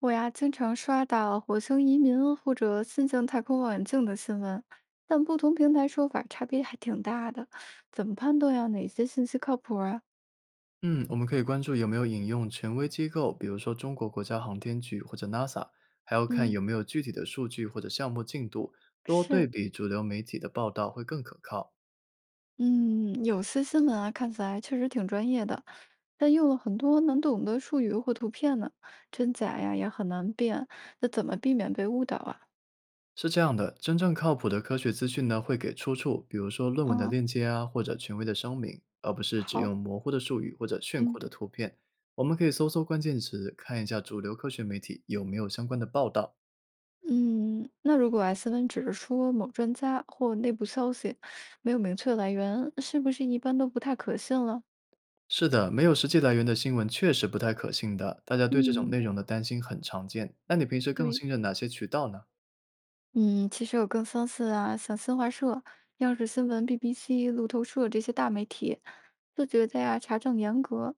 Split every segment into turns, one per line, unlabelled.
我呀，经常刷到火星移民或者新型太空望远镜的新闻，但不同平台说法差别还挺大的，怎么判断呀？哪些信息靠谱啊？
嗯，我们可以关注有没有引用权威机构，比如说中国国家航天局或者 NASA，还要看
嗯，
有没有具体的数据或者项目进度，多对
是，
比主流媒体的报道会更可靠。
嗯，有些新闻啊，看起来确实挺专业的，但用了很多难懂的术语或图片呢，真假呀也很难辨，那怎么避免被误导啊？
是这样的，真正靠谱的科学资讯呢，会给出处，比如说论文的
嗯，
链接啊，或者权威的声明，而不是只
好，
用模糊的术语或者炫酷
嗯。
的图片。我们可以搜搜关键词，看一下主流科学媒体有没有相关的报道，
嗯，那如果 S 文只是说某专家或内部消息，没有明确来源，是不是一般都不太可信了？
是的，没有实际来源的新闻确实不太可信的，大家对这种
嗯，
内容的担心很常见。那你平时更
对，
信任哪些渠道呢？
嗯，其实有更相似啊，像新华社、央视新闻、BBC、路透社这些大媒体，自觉得呀查证严格。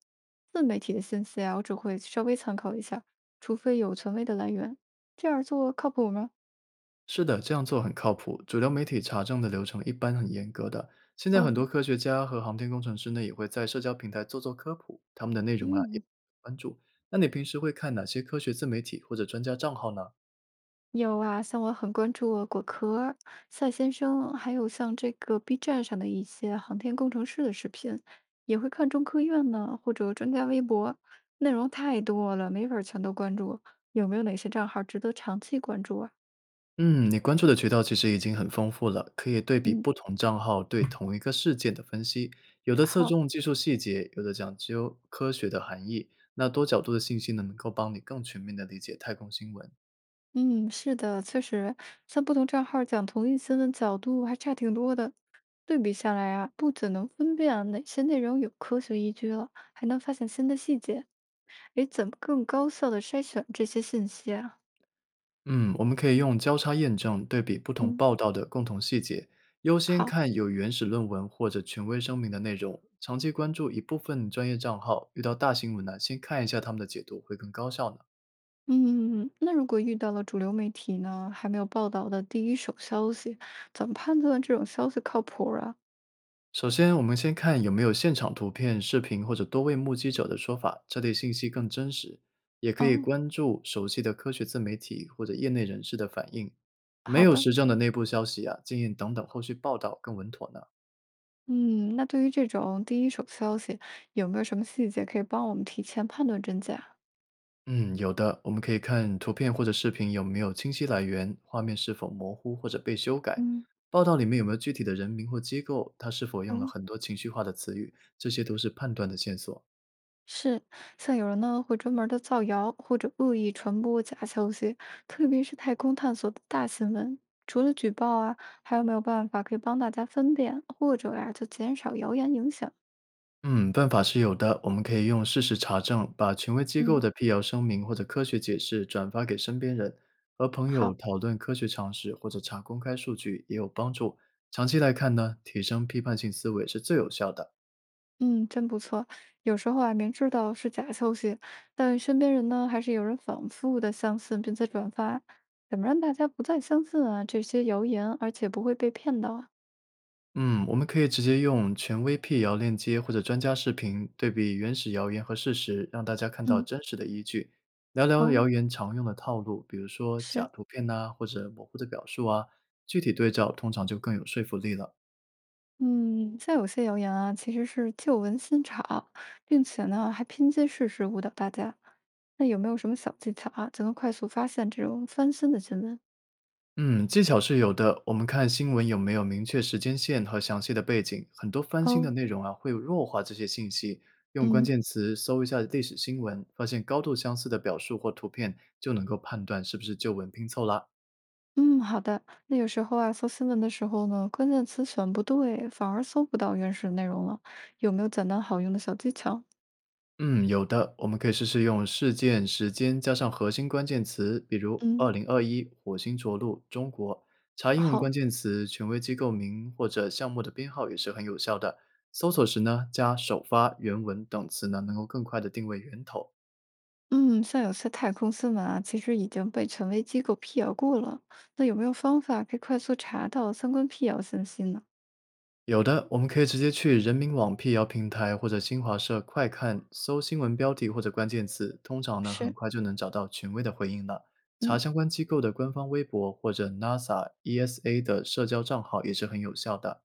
自媒体的信息啊，我只会稍微参考一下，除非有权威的来源。这样做靠谱吗？
是的，这样做很靠谱。主流媒体查证的流程一般很严格的。现在很多
哦，
科学家和航天工程师呢，也会在社交平台做做科普，他们的内容啊也
嗯。
关注。那你平时会看哪些科学自媒体或者专家账号呢？
有啊，像我很关注啊果壳、赛先生，还有像这个 B 站上的一些航天工程师的视频，也会看中科院呢，或者专家微博，内容太多了，没法儿全都关注。有没有哪些账号值得长期关注啊？
嗯，你关注的渠道其实已经很丰富了，可以对比
嗯，
不同账号对同一个事件的分析，有的侧
好。
重技术细节，有的讲究科学的含义。那多角度的信息呢，能够帮你更全面的理解太空新闻。
嗯，是的，确实，像不同账号讲同一新闻角度还差挺多的。对比下来啊，不仅能分辨啊哪些内容有科学依据了，还能发现新的细节。诶，怎么更高效的筛选这些信息啊？
嗯，我们可以用交叉验证对比不同
嗯，
报道的共同细节，优先
好，
看有原始论文或者权威声明的内容。长期关注一部分专业账号，遇到大新闻呢，先看一下他们的解读会更高效呢。
嗯，那如果遇到了主流媒体呢，还没有报道的第一手消息，怎么判断这种消息靠谱儿啊？
首先，我们先看有没有现场图片、视频或者多位目击者的说法，这类信息更真实。也可以
哦，
关注熟悉的科学自媒体或者业内人士的反应。没
好
有
的，
实证的内部消息啊，建议等等后续报道更稳妥呢。
嗯，那对于这种第一手消息，有没有什么细节可以帮我们提前判断真假啊？
嗯，有的，我们可以看图片或者视频有没有清晰来源，画面是否模糊或者被修改，
嗯，
报道里面有没有具体的人名或机构，它是否用
哦，
了很多情绪化的词语，这些都是判断的线索。
是，像有人呢会专门的造谣或者恶意传播假消息，特别是太空探索的大新闻，除了举报啊，还有没有办法可以帮大家分辨，或者呀、就减少谣言影响？
嗯，办法是有的。我们可以用事实查证，把权威机构
嗯，
的辟谣声明或者科学解释转发给身边人，和朋友
好，
讨论科学常识或者查公开数据也有帮助。长期来看呢，提升批判性思维是最有效的。
嗯，真不错。有时候啊，明知道是假消息，但身边人呢还是有人反复的相信并且转发，怎么让大家不再相信啊这些谣言，而且不会被骗到啊？
嗯，我们可以直接用权威辟谣链接或者专家视频对比原始谣言和事实，让大家看到
嗯，
真实的依据。聊聊
哦，
谣言常用的套路，比如说假
是。
图片呐、或者模糊的表述啊，具体对照通常就更有说服力了。
嗯，像有些谣言啊，其实是旧闻新炒，并且呢还拼接事实误导大家。那有没有什么小技巧啊，就能快速发现这种翻新的新闻？
嗯，技巧是有的。我们看新闻有没有明确时间线和详细的背景，很多翻新的
哦，
内容啊会弱化这些信息。用关
嗯
键词搜一下历史新闻，发现高度相似的表述或图片，就能够判断是不是旧闻拼凑了。
嗯，好的。那有时候啊，搜新闻的时候呢，关键词选不对，反而搜不到原始内容了。有没有简单好用的小技巧？
嗯，有的，我们可以试试用事件、时间加上核心关键词，比如“二
嗯，
零二一火星着陆中国”，查英文
好。
关键词、权威机构名或者项目的编号也是很有效的。搜索时呢，加首发、原文等词呢，能够更快的定位源头。
嗯，像有些太空新闻啊，其实已经被权威机构辟谣过了。那有没有方法可以快速查到相关辟谣信息呢？
有的，我们可以直接去人民网辟谣平台或者新华社快看搜新闻标题或者关键词，通常呢很
是，
快就能找到权威的回应了。查
嗯。
相关机构的官方微博或者 NASA、ESA 的社交账号也是很有效的。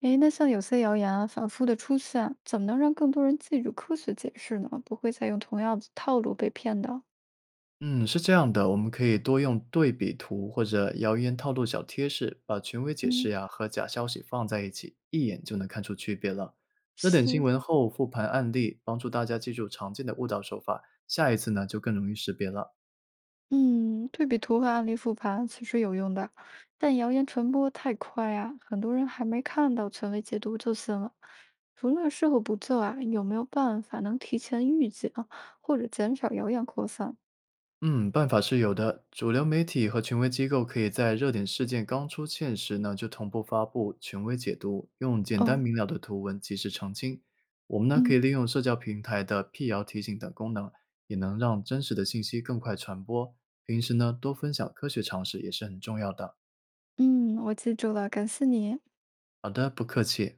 诶，那像有些谣言啊，反复的出现，怎么能让更多人记住科学解释呢？不会再用同样的套路被骗的。
嗯，是这样的，我们可以多用对比图或者谣言套路小贴士，把权威解释
嗯，
呀和假消息放在一起，一眼就能看出区别了。热点新
是，
闻后复盘案例，帮助大家记住常见的误导手法，下一次呢就更容易识别了。
嗯，对比图和案例复盘其实有用的，但谣言传播太快啊，很多人还没看到权威解读就信了。除了事后补救啊，有没有办法能提前预警或者减少谣言扩散？
嗯，办法是有的。主流媒体和权威机构可以在热点事件刚出现时呢，就同步发布权威解读，用简单
哦，
明了的图文及时澄清。我们呢，可
嗯
以利用社交平台的辟谣提醒等功能，也能让真实的信息更快传播。平时呢，多分享科学常识也是很重要的。
嗯，我记住了，感谢你。
好的，不客气。